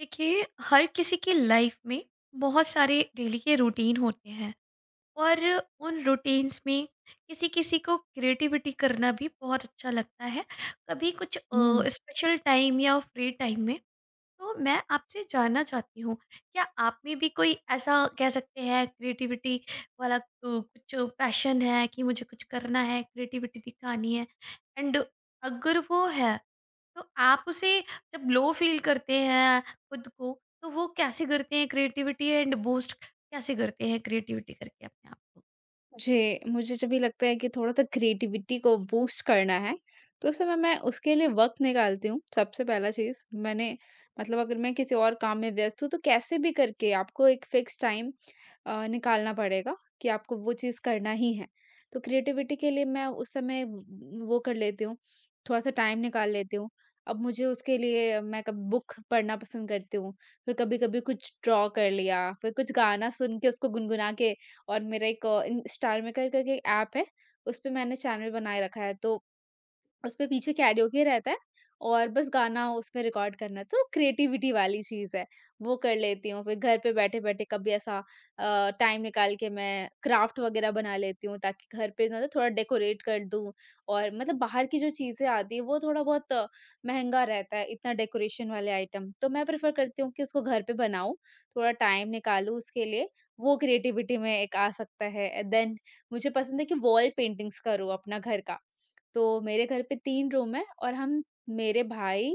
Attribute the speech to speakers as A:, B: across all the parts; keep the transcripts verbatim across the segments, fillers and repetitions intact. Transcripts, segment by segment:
A: देखिए हर किसी की लाइफ में बहुत सारे डेली के रूटीन होते हैं और उन रूटीन्स में किसी किसी को क्रिएटिविटी करना भी बहुत अच्छा लगता है कभी कुछ
B: हुँ।
A: स्पेशल टाइम या फ्री टाइम में। तो मैं आपसे जानना चाहती हूँ, क्या आप में भी कोई ऐसा कह सकते हैं क्रिएटिविटी वाला अ, कुछ पैशन है कि मुझे कुछ करना है, क्रिएटिविटी दिखानी है एंड अगर वो है, तो आप उसे जब लो फ़ील करते हैं खुद को, तो वो कैसे करते हैं क्रिएटिविटी एंड बूस्ट कैसे करते हैं क्रिएटिविटी करके अपने आप को?
B: मुझे मुझे जब भी लगता है कि थोड़ा-सा क्रिएटिविटी को बूस्ट करना है, तो उस समय मैं उसके लिए वक़्त निकालती हूँ। सबसे पहला चीज़ मैंने मतलब, अगर मैं किसी और काम में व्यस्त हूँ, तो कैसे भी करके आपको एक फ़िक्स टाइम अ, निकालना पड़ेगा कि आपको वो चीज़ करना ही है। तो क्रिएटिविटी के लिए मैं उस समय व वो कर लेती हूँ, थोड़ा-सा टाइम निकाल लेती हूँ। अब मुझे उसके लिए मैं कभी बुक पढ़ना पसंद करती हूँ, फिर कभी-कभी कुछ ड्रॉ कर लिया, फिर कुछ गाना सुन के उसको गुनगुना के। और मेरा एक इंस्टालमेकर करके एक ऐप है, उस पे मैंने चैनल बनाए रखा है, तो उसपे पीछे कैरिओके रहता है और बस गाना उसमें रिकॉर्ड करना है, तो क्रिएटिविटी वाली चीज़ है, वो कर लेती हूँ। फिर घर पे बैठे-बैठे कभी ऐसा अ, टाइम निकाल के मैं क्राफ्ट वगैरह बना लेती हूँ, ताकि घर पे ना थोड़ा डेकोरेट कर दूँ। और मतलब, बाहर की जो चीज़ें आती हैं वो थोड़ा बहुत महँगा रहता है, इतना डेकोरेशन वाले आइटम। तो मैं प्रेफ़र करती हूँ कि उसको घर पे बनाऊँ, थोड़ा टाइम निकालूँ उसके लिए, वो क्रिएटिविटी में एक आ सकता है। देन, मुझे पसंद है कि वॉल पेंटिंग्स करूँ अपना घर का। तो मेरे घर पे तीन रूम हैं, और हम मेरे भाई,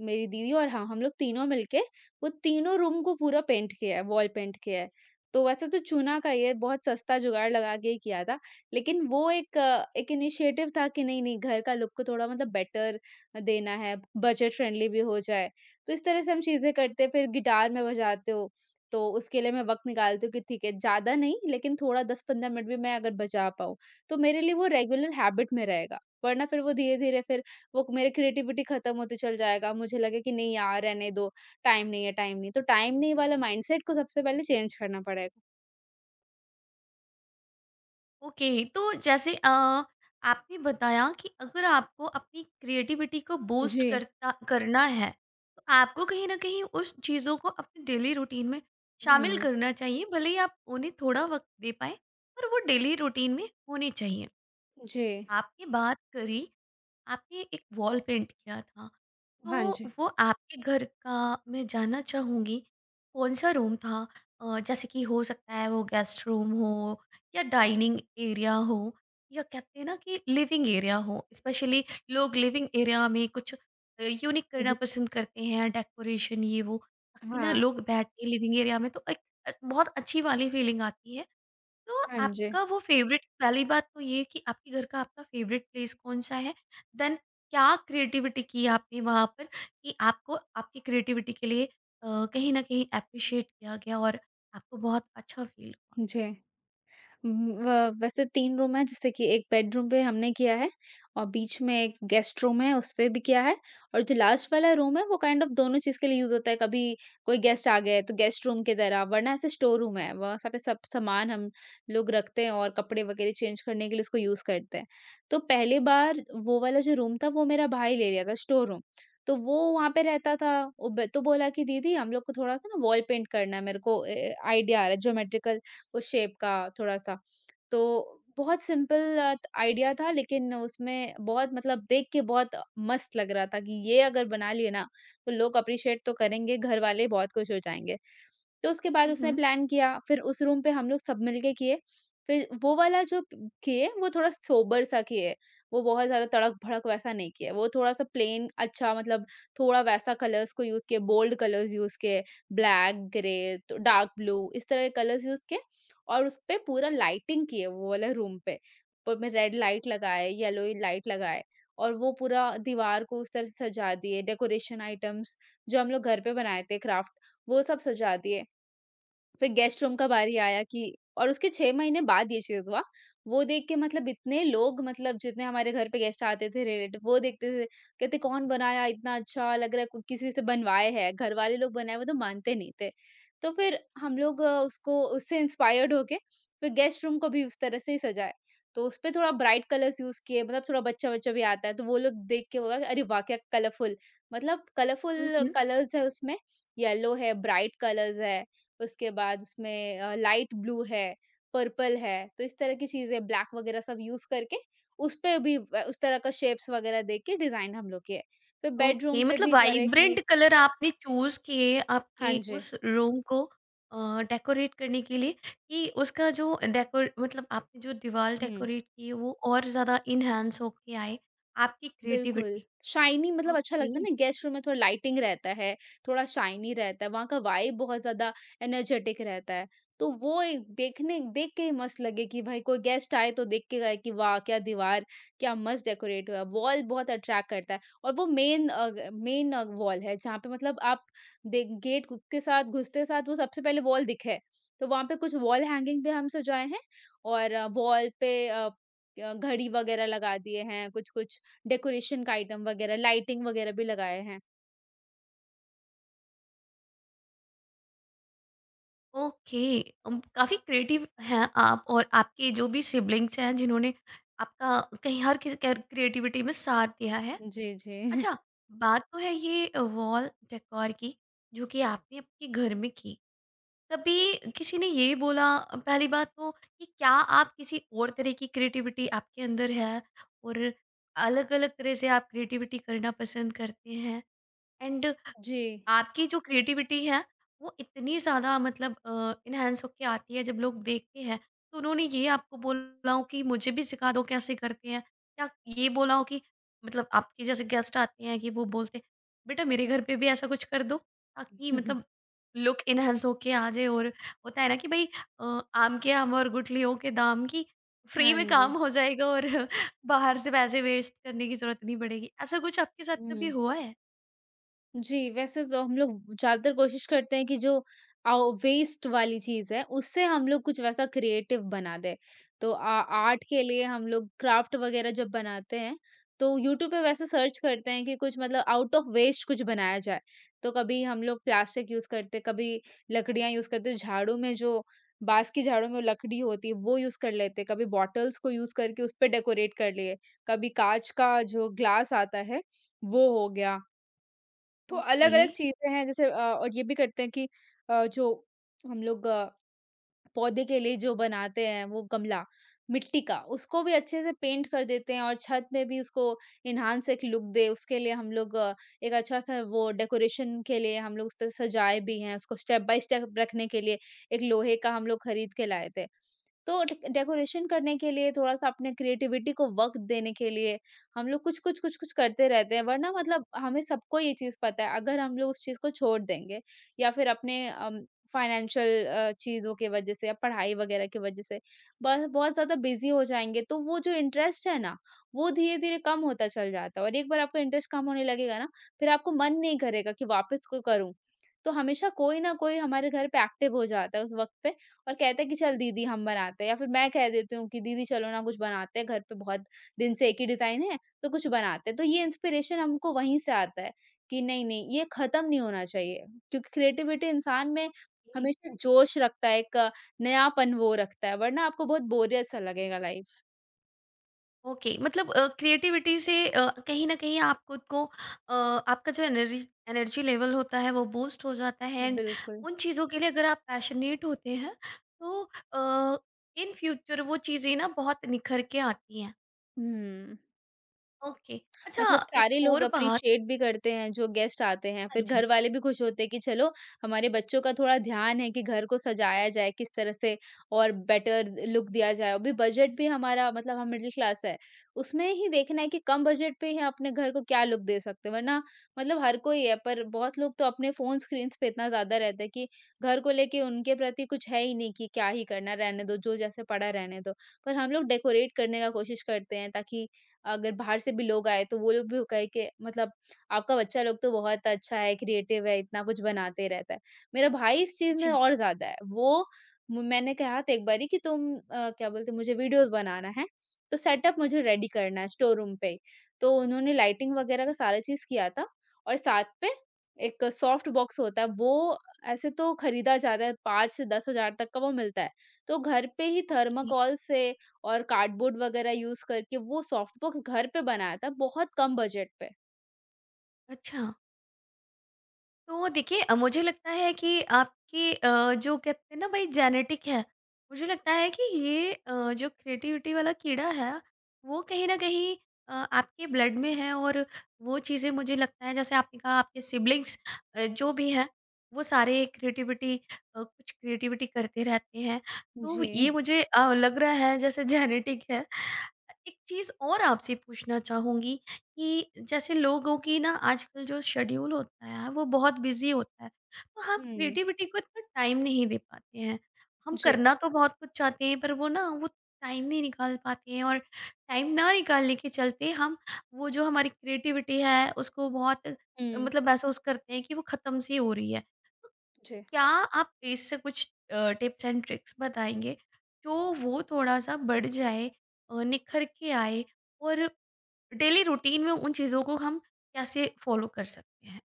B: मेरी दीदी और हाँ, हम लोग तीनों मिलके वो तीनों रूम को पूरा पेंट किया है, वॉल पेंट किया है। तो वैसे तो चूना का ही है, बहुत सस्ता जुगाड़ लगा के ही किया था। लेकिन वो एक अ, एक इनिशिएटिव था कि नहीं-नहीं, घर का लुक को थोड़ा मतलब बेटर देना है, बजट फ्रेंडली भी हो जाए। तो इस तरह से हम चीज़ें करते हैं, फिर गिटार मैं बजाते हूँ, तो उसके लिए मैं वक़्त निकालती हूँ कि ठीक है, ज़्यादा नहीं लेकिन थोड़ा दस से पंद्रह मिनट भी मैं अगर बजा पाऊँ, तो मेरे लिए वो रेगुलर हैबिट में रहेगा। वरना फिर वो धीरे-धीरे फिर वो मेरे क्रिएटिविटी खत्म होते चल जाएगा, मुझे लगे कि नहीं यार, रहने दो, टाइम नहीं है, टाइम नहीं है। तो टाइम नहीं वाला माइंडसेट को सबसे पहले चेंज करना पड़ेगा।
A: ओके, तो जैसे अ, आपने बताया कि अगर आपको अपनी क्रिएटिविटी को बूस्ट
B: जी।
A: करता करना है तो आपको कहीं ना कहीं उस चीज़ों को अपने डेली रूटीन में शामिल
B: हुँ,
A: करना चाहिए भले ही आप उन्हें थोड़ा वक्त दे पाए पर वो डेली रूटीन में होनी चाहिए।
B: जी।
A: आपने बात करी, आपने एक वॉल पेंट किया था
B: हाँ
A: तो
B: जी।
A: वो आपके घर का मैं जानना चाहूँगी कौन-सा रूम था? अ, जैसे कि हो सकता है वो गेस्ट रूम हो या डाइनिंग एरिया हो या कहते हैं ना कि लिविंग एरिया हो। स्पेशली लोग लिविंग एरिया में कुछ अ, यूनिक करना
B: जी।
A: पसंद करते हैं, डेकोरेशन ये वो ताकि ना
B: हाँ,
A: लोग बैठ के लिविंग एरिया में तो एक अ, बहुत अच्छी वाली फीलिंग आती है। तो
B: हाँ जी।
A: आपका वो फ़ेवरेट पहली बात तो ये कि आपके घर का आपका फ़ेवरेट प्लेस कौन-सा है? देन क्या क्रिएटिविटी की आपने वहाँ पर कि आपको आपकी क्रिएटिविटी के लिए अ, कहीं न कहीं एप्रिशिएट किया गया और आपको बहुत अच्छा फ़ील हुआ?
B: जी। उम, व वैसे तीन रूम हैं, जैसे कि एक बेडरूम पे हमने किया है और बीच में एक गेस्ट रूम है, उस पे भी किया है, और जो लास्ट वाला रूम है वो काइंड ऑफ दोनों चीज़ के लिए यूज़ होता है। कभी कोई गेस्ट आ गए तो गेस्ट रूम की तरह, वरना ऐसे स्टोर रूम है। वहाँ सब पे सब सामान हम लोग रखते हैं और कपड़े वगैरह चेंज करने के लिए उसको यूज़ करते हैं। तो पहली बार वो वाला जो रूम था, वो मेरा भाई ले लिया था स्टोर रूम। तो वो वहाँ पे रहता था। वो ब तो बोला कि दीदी, हम लोग को थोड़ा-सा ना वॉल पेंट करना है, मेरे को ए, आइडिया आ रहा है ज्योमेट्रिकल उस शेप का थोड़ा-सा। तो बहुत सिंपल अ, आइडिया था, लेकिन उसमें बहुत मतलब देख के बहुत मस्त लग रहा था कि ये अगर बना लिए ना, तो लोग अप्रिशिएट तो करेंगे, घर वाले बहुत खुश हो जाएँगे। तो उसके बाद
A: हुँ,
B: उसने
A: हुँ।
B: प्लान किया, फिर उस रूम पे हम लोग सब मिल के किए। फिर वो वाला जो प- किए, वो थोड़ा सोबर-सा किए, वो बहुत ज़्यादा तड़क-भड़क वैसा नहीं किए। वो थोड़ा-सा प्लेन अच्छा मतलब थोड़ा वैसा कलर्स को यूज़ किए, बोल्ड कलर्स यूज़ किए, ब्लैक, ग्रे, तो डार्क ब्लू, इस तरह के कलर्स यूज़ किए और उसपे पूरा लाइटिंग की है वो वाले रूम पे। ऊपर में रेड लाइट लगाए, येलो लाइट लगाए, और वो पूरा दीवार को उस तरह से सजा दिए, डेकोरेशन आइटम्स जो हम लोग घर पे बनाए थे क्राफ्ट, वो सब सजा दिए। फिर गेस्ट रूम का बारी आया कि, और उसके छह महीने बाद ये चीज़ हुआ। वो देख के मतलब, इतने लोग मतलब जितने हमारे घर पे गेस्ट आते थे रिलेटिव, वो देखते थे, कहते कौन बनाया, इतना अच्छा लग रहा है, को किसी से बनवाए हैं, घर वाले लोग बनाए वो तो मानते नहीं थे। तो फिर हम लोग अ, उसको उससे इंस्पायर्ड होके फिर गेस्ट रूम को भी उस तरह से ही सजाए। तो उसपे थोड़ा ब्राइट कलर्स यूज़ किए, मतलब थोड़ा बच्चा-वच्चा भी आता है, तो वो लोग देख के होगा कि अरे वाह! क्या कलरफुल, मतलब
A: हुँ,
B: कलरफुल
A: हुँ।
B: कलर्स है उसमें, येलो है, ब्राइट कलर्स है। उसके बाद उसमें अ, लाइट ब्लू है, पर्पल है, तो इस तरह की चीज़ें ब्लैक वगैरह सब यूज़ करके उसपे भी अ, उस तरह का शेप्स वगैरह दे के डिज़ाइन हम लोग किए। फिर
A: ओके,
B: बेडरूम पे
A: मतलब
B: भी करे कि।
A: वाइब्रेंट कलर आपने चूज़ किए
B: हाँ
A: आपके
B: जी।
A: उस रूम को अ, डेकोरेट करने के लिए कि उसका जो डेकोर मतलब आपने जो दीवार
B: हुँ।
A: डेकोरेट की है वो और ज़्यादा एनहांस होके आए आपकी
B: बिल्कुल,
A: क्रिएटिविटी।
B: शाइनी मतलब अच्छा
A: ओके।
B: लगता है ना, गेस्ट रूम में थोड़ा लाइटिंग रहता है, थोड़ा शाइनी रहता है, वहाँ का वाइब बहुत ज़्यादा एनर्जेटिक रहता है। तो वो एक देखने देख के ही मस्त लगे कि भाई, कोई गेस्ट आए तो देख के गए कि वाह! क्या दीवार, क्या मस्त डेकोरेट हुआ है। वॉल बहुत अट्रैक्ट करता है, और वो मेन अ, ग मेन अ, वॉल है जहाँ पे मतलब आप दे गेट घु के साथ घुसते साथ वो सबसे पहले वॉल दिखे। तो वहाँ पे कुछ वॉल हैंगिंग भी हम सजाए हैं, और वॉल पे अ, घड़ी वगैरह लगा दिए हैं, कुछ-कुछ डेकोरेशन का आइटम वगैरह, लाइटिंग वगैरह भी लगाए हैं।
A: ओके। अम, काफ़ी क्रिएटिव हैं आप और आपके जो भी सिबलिंग्स हैं जिन्होंने आपका कहीं हर किसी क्रिएटिविटी में साथ दिया है।
B: जी, जी।
A: अच्छा, बात तो है ये वॉल डेकोर की जो कि आपने आपके घर में की। कभी किसी ने ये बोला, पहली बात तो कि क्या आप किसी और तरह की क्रिएटिविटी आपके अंदर है और अलग अलग तरह से आप क्रिएटिविटी करना पसंद करते हैं एंड
B: जी।
A: आपकी जो क्रिएटिविटी है वो इतनी ज़्यादा मतलब अ, इन्हांस होके आती है जब लोग देखते हैं तो उन्होंने ये आपको बोला हो कि मुझे भी सिखा दो कैसे करते हैं? या ये बोला हो कि मतलब आपके जैसे गेस्ट आते हैं कि वो बोलते हैं बेटा मेरे घर पे भी ऐसा कुछ कर दो ताकि मतलब लुक इन्हांस होके आ जाए और होता है ना कि भई अ, आम के आम और गुठलियों के दाम की फ्री
B: हाँ
A: में
B: जी।
A: काम हो जाएगा और बाहर से पैसे वेस्ट करने की ज़रूरत नहीं पड़ेगी। ऐसा कुछ आपके साथ कभी
B: हुँ।
A: हुआ है?
B: जी, वैसे जो हम लोग ज़्यादातर कोशिश करते हैं कि जो आउ वेस्ट वाली चीज़ है, उससे हम लोग कुछ वैसा क्रिएटिव बना दें। तो आ आर्ट के लिए हम लोग क्राफ्ट वग़ैरह जब बनाते हैं, तो यूट्यूब पे वैसे सर्च करते हैं कि कुछ मतलब आउट ऑफ वेस्ट कुछ बनाया जाए। तो कभी हम लोग प्लास्टिक यूज़ करते, कभी लकड़ियाँ यूज़ करते, झाड़ू में जो बाँस की झाड़ू में लकड़ी होती है, वो यूज़ कर लेते, कभी बॉटल्स को यूज़ करके उस पे डेकोरेट कर लिए, कभी काँच का जो ग्लास आता है, वो हो गया। तो
A: ओके।
B: अलग-अलग चीज़ें हैं, जैसे अ, और ये भी करते हैं कि अ, जो हम लोग अ, पौधे के लिए जो बनाते हैं वो गमला, मिट्टी का, उसको भी अच्छे से पेंट कर देते हैं और छत में भी उसको एन्हांस एक लुक दे, उसके लिए हम लोग अ, एक अच्छा-सा वो डेकोरेशन के लिए हम लोग उसको सजाए भी हैं, उसको स्टेप बाय स्टेप रखने के लिए एक लोहे का हम लोग खरीद के लाए थे। तो डेक डेकोरेशन करने के लिए थोड़ा-सा अपने क्रिएटिविटी को वक़्त देने के लिए हम लोग कुछ-कुछ, कुछ-कुछ करते रहते हैं। वरना मतलब, हमें सबको ये चीज़ पता है, अगर हम लोग उस चीज़ को छोड़ देंगे या फिर अपने अम, फ़ाइनेंशियल अ, चीज़ों की वज़ह से या पढ़ाई वग़ैरह की वज़ह से बस बहुत ज़्यादा बिज़ी हो जाएँगे, तो वो जो इंटरेस्ट है ना, वो धीरे-धीरे कम होता चल जाता है, और एक बार आपका इंटरेस्ट कम होने लगेगा ना, फिर आपको मन नहीं करेगा कि वापस को करूँ। तो हमेशा कोई न कोई हमारे घर पे एक्टिव हो जाता है उस वक़्त पे, और कहते हैं कि चल दीदी, हम बनाते हैं, या फिर मैं कह देती हूँ कि दीदी चलो ना, कुछ बनाते हैं, घर पे बहुत दिन से एक ही डिजाइन है, तो कुछ बनाते हैं। तो ये इंस्पिरेशन हमको वहीं से आता है कि नहीं नहीं, ये खत्म नहीं होना चाहिए, क्योंकि क्रिएटिविटी इंसान में हमेशा जोश रखता है, एक नयापन वो रखता है, वरना आपको बहुत बोरियत सा लगेगा लाइफ।
A: ओके, मतलब क्रिएटिविटी से अ, कहीं ना कहीं आप खुद को अ, आपका जो एनर्जी एनर्जी लेवल होता है वो बूस्ट हो जाता है एंड
B: बिल्कुल।
A: उन चीज़ों के लिए अगर आप पैशनेट होते हैं तो इन फ्यूचर वो चीज़ें ना बहुत निखर के आती हैं।
B: हम्म।
A: ओके, अच्छा
B: मतलब
A: एक
B: सारे लोग
A: और बात।
B: अप्रिशिएट भी करते हैं जो गेस्ट आते हैं,
A: हाँ
B: फिर घर
A: जी।
B: वाले भी खुश होते हैं कि चलो, हमारे बच्चों का थोड़ा ध्यान है कि घर को सजाया जाए किस तरह से और बेटर लुक दिया जाए। अभी बजट भी हमारा मतलब हम मिडल क्लास है, उसमें ही देखना है कि कम बजट पे ही अपने घर को क्या लुक दे सकते हैं, वरना मतलब, हर कोई है, पर बहुत लोग तो अपने फ़ोन स्क्रीन्स पे इतना ज़्यादा रहते हैं कि घर को लेके उनके प्रति कुछ है ही नहीं, कि क्या ही करना, रहने दो, जो जैसे पड़ा रहने दो। पर हम लोग डेकोरेट करने का कोशिश करते हैं, ताकि अगर बाहर से भी लोग आए तो वो लोग भी कहे कि मतलब, आपका बच्चा लोग तो बहुत अच्छा है, क्रिएटिव है, इतना कुछ बनाते रहता है। मेरा भाई इस चीज़ में
A: जी।
B: और ज़्यादा है। वो म मैंने कहा था एक बारी कि तुम, अ, क्या बोलते हैं, मुझे वीडियोज़ बनाना है, तो सेटअप मुझे रेडी करना है स्टोर रूम पे ही। तो उन्होंने लाइटिंग वगैरह का सारा चीज़ किया था, और साथ पे एक सॉफ्ट बॉक्स होता है, वो ऐसे तो खरीदा जाता है पाँच से दस हज़ार तक का वो मिलता है। तो घर पे ही
A: ओके।
B: थर्माकोल से और कार्डबोर्ड वगैरह यूज़ करके वो सॉफ्ट बॉक्स घर पे बनाया था बहुत कम बजट पे।
A: अच्छा तो देखिए अ, मुझे लगता है कि आपकी अ, जो कहते हैं ना भाई जेनेटिक है, मुझे लगता है कि ये अ, जो क्रिएटिविटी वाला कीड़ा है वो कहीं ना कहीं अ, आपके ब्लड में है और वो चीज़ें मुझे लगता है जैसे आपने कहा आपके सिबलिंग्स जो भी हैं वो सारे क्रिएटिविटी कुछ क्रिएटिविटी करते रहते हैं तो ये
B: जी।
A: मुझे अ, लग रहा है जैसे जेनेटिक है। एक चीज़ और आपसे पूछना चाहूँगी कि जैसे लोगों की ना आजकल जो शेड्यूल होता है वो बहुत बिजी होता है तो हम
B: हुँ।
A: क्रिएटिविटी को इतना टाइम नहीं दे पाते हैं, हम
B: जी।
A: करना तो बहुत कुछ चाहते हैं पर वो ना वो टाइम नहीं निकाल पाते हैं और टाइम ना निकालने के चलते हम वो जो हमारी क्रिएटिविटी है उसको बहुत अ,
B: हुँ।
A: मतलब महसूस करते हैं कि वो ख़त्म सी हो रही है।
B: जी।
A: क्या आप इससे कुछ टिप्स एंड ट्रिक्स बताएंगे जो वो थोड़ा सा बढ़ जाए, अ, निखर के आए और डेली रूटीन में उन चीज़ों को हम कैसे फॉलो कर सकते हैं?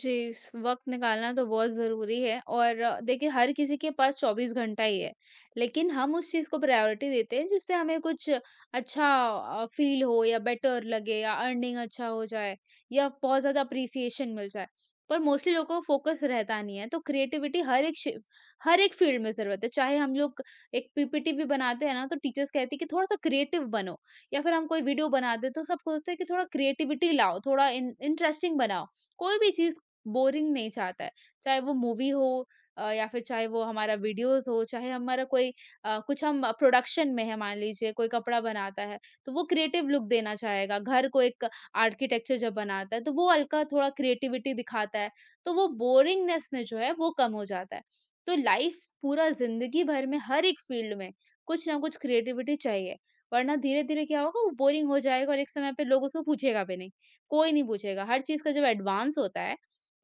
B: जी, इस वक़्त निकालना तो बहुत ज़रूरी है, और अ, देखिए हर किसी के पास चौबीस घंटा ही है। लेकिन हम उस चीज़ को प्रायोरिटी देते हैं जिससे हमें कुछ अच्छा अ, फ़ील हो या बेटर लगे या अर्निंग अच्छा हो जाए या बहुत ज़्यादा अप्रिसिएशन मिल जाए। पर मोस्टली लोगों को फोकस रहता नहीं है, तो क्रिएटिविटी हर एक शि हर एक फ़ील्ड में ज़रूरत है। चाहे हम लोग एक पीपीटी भी बनाते हैं ना, तो टीचर्स कहती है कि थोड़ा-सा क्रिएटिव बनो, या फिर हम कोई वीडियो बनाते हैं, तो सब सोचते हैं कि थोड़ा क्रिएटिविटी लाओ, थोड़ा इन इंटरेस्टिंग बनाओ। कोई भी चीज़ बोरिंग नहीं चाहता है। चाहे वो मूवी हो अ, या फिर चाहे वो हमारा वीडियोज़ हो, चाहे हमारा कोई अ, कुछ हम प्रोडक्शन में है मान लीजिए, कोई कपड़ा बनाता है, तो वो क्रिएटिव लुक देना चाहेगा। घर को एक आर्किटेक्चर जब बनाता है, तो वो हल्का थोड़ा क्रिएटिविटी दिखाता है, तो वो बोरिंगनेस ने जो है वो कम हो जाता है। तो लाइफ़ पूरा ज़िंदगी भर में हर एक फ़ील्ड में कुछ ना कुछ क्रिएटिविटी चाहिए, वरना धीरे-धीरे क्या होगा वो बोरिंग हो जाएगा और एक समय पे लोग उसको पूछेगा भी नहीं। कोई नहीं पूछेगा, हर चीज़ का जब एडवांस होता है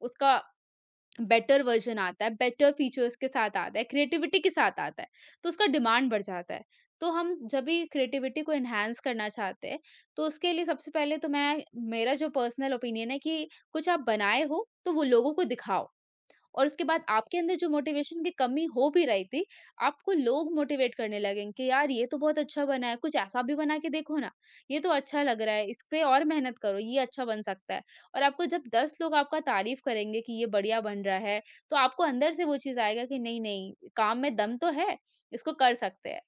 B: उसका बेटर वर्ज़न आता है, बेटर फीचर्स के साथ आता है, क्रिएटिविटी के साथ आता है, तो उसका डिमांड बढ़ जाता है। तो हम जब भी क्रिएटिविटी को एनहांस करना चाहते हैं, तो उसके लिए सबसे पहले तो मैं मेरा जो पर्सनल ओपिनियन है कि कुछ आप बनाए हो, तो वो लोगों को दिखाओ। और उसके बाद आपके अंदर जो मोटिवेशन की कमी हो भी रही थी, आपको लोग मोटिवेट करने लगेंगे कि यार ये तो बहुत अच्छा बना है, कुछ ऐसा भी बना के देखो ना, ये तो अच्छा लग रहा है, इस पे और मेहनत करो, ये अच्छा बन सकता है। और आपको जब दस लोग आपका तारीफ करेंगे कि ये बढ़िया बन रहा है, तो आपको अंदर से वो चीज़ आएगा कि नहीं, नहीं, काम में दम तो है, इसको कर सकते हैं।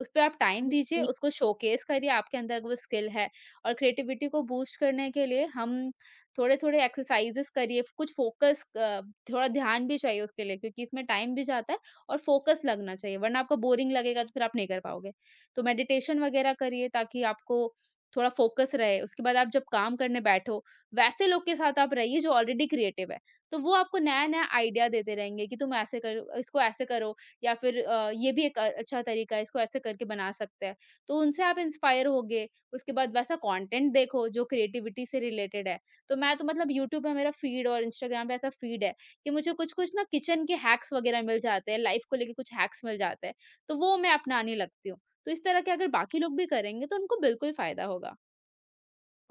B: उसपे आप टाइम दीजिए,
A: ओके।
B: उसको शोकेस करिए, आपके अंदर वो स्किल है। और क्रिएटिविटी को बूस्ट करने के लिए हम थोड़े-थोड़े एक्सरसाइज़ेज़ करिए, कुछ फ़ोकस, अ, थोड़ा ध्यान भी चाहिए उसके लिए क्योंकि इसमें टाइम भी जाता है और फ़ोकस लगना चाहिए, वरना आपको बोरिंग लगेगा तो फिर आप नहीं कर पाओगे। तो मेडिटेशन वगैरह करिए ताकि आपको थोड़ा फ़ोकस रहे, उसके बाद आप जब काम करने बैठो, वैसे लोग के साथ आप रहिए जो ऑलरेडी क्रिएटिव है। तो वो आपको नया-नया आइडिया देते रहेंगे कि तुम ऐसे करो, इसको ऐसे करो, या फिर अ, ये भी एक अ, अच्छा तरीका है, इसको ऐसे करके बना सकते हैं। तो उनसे आप इंस्पायर होगे, उसके बाद वैसा कंटेंट देखो जो क्रिएटिविटी से रिलेटेड है। तो मैं तो मतलब यूट्यूब पे मेरा फीड और इंस्टाग्राम पे ऐसा फीड है कि मुझे कुछ-कुछ ना किचन के हैक्स वगैरह मिल जाते हैं, लाइफ़ को लेके कुछ हैक्स मिल जाते हैं, तो वो मैं अपनाने लगती हूँ। तो इस तरह के अगर बाकी लोग भी करेंगे तो उनको बिल्कुल फ़ायदा होगा।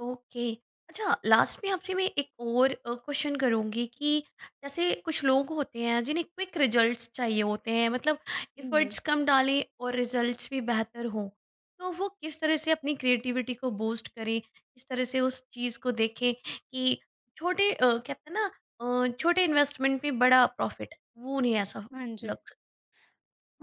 A: ओके। अच्छा लास्ट में आपसे मैं एक और अ, क्वेश्चन करूँगी कि जैसे कुछ लोग होते हैं जिन्हें क्विक रिजल्ट्स चाहिए होते हैं मतलब
B: हुँ,
A: एफर्ट्स कम डालें और रिजल्ट्स भी बेहतर हों। तो वो किस तरह से अपनी क्रिएटिविटी को बूस्ट करें? किस तरह से उस चीज़ को देखें कि छोटे अ, कहते हैं ना अ, छोटे इन्वेस्टमेंट में बड़ा प्रॉफिट वो उन्हें ऐसा
B: हाँ जी।
A: लग।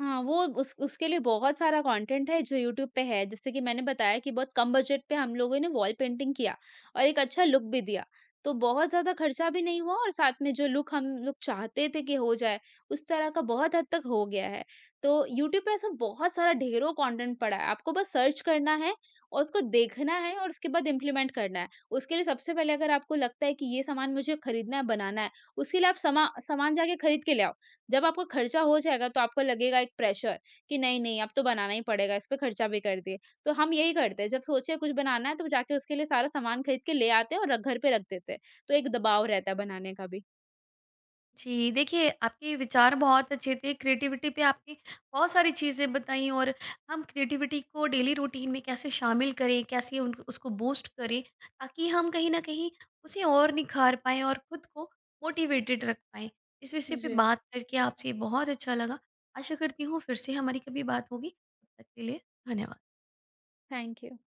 B: हाँ, वो उस उसके लिए बहुत सारा कंटेंट है जो यूट्यूब पे है। जैसे कि मैंने बताया कि बहुत कम बजट पे हम लोगों ने वॉल पेंटिंग किया और एक अच्छा लुक भी दिया। तो बहुत ज़्यादा खर्चा भी नहीं हुआ और साथ में जो लुक हम लोग चाहते थे कि हो जाए, उस तरह का बहुत हद तक हो गया है। तो यूट्यूब पे ऐसा बहुत सारा ढेरों कंटेंट पड़ा है। आपको बस सर्च करना है और उसको देखना है और उसके बाद इम्प्लीमेंट करना है। उसके लिए सबसे पहले अगर आपको लगता है कि ये सामान मुझे खरीदना है, बनाना है, उसके लिए आप समा सामान जाके खरीद के ले आओ। जब आपका खर्चा हो जाएगा तो आपको लगेगा एक प्रेशर कि नहीं नहीं अब तो बनाना ही पड़ेगा, इस पे खर्चा भी कर दिए। तो हम यही करते हैं, जब सोचे कुछ बनाना है तो जाके उसके लिए सारा सामान खरीद के ले आते हैं और रख- घर पे रख देते हैं, तो एक दबाव रहता है बनाने का भी।
A: जी, देखिए आपके विचार बहुत अच्छे थे, क्रिएटिविटी पे आपने बहुत सारी चीज़ें बताई और हम क्रिएटिविटी को डेली रूटीन में कैसे शामिल करें, कैसे उन उसको बूस्ट करें, ताकि हम कहीं न कहीं उसे और निखार पाएँ और खुद को मोटिवेटेड रख पाएँ। इस विषय पे
B: जी,
A: बात करके आपसे बहुत अच्छा लगा। आशा करती हूँ फिर से हमारी कभी बात होगी, तब तक के लिए धन्यवाद।
B: Thank you.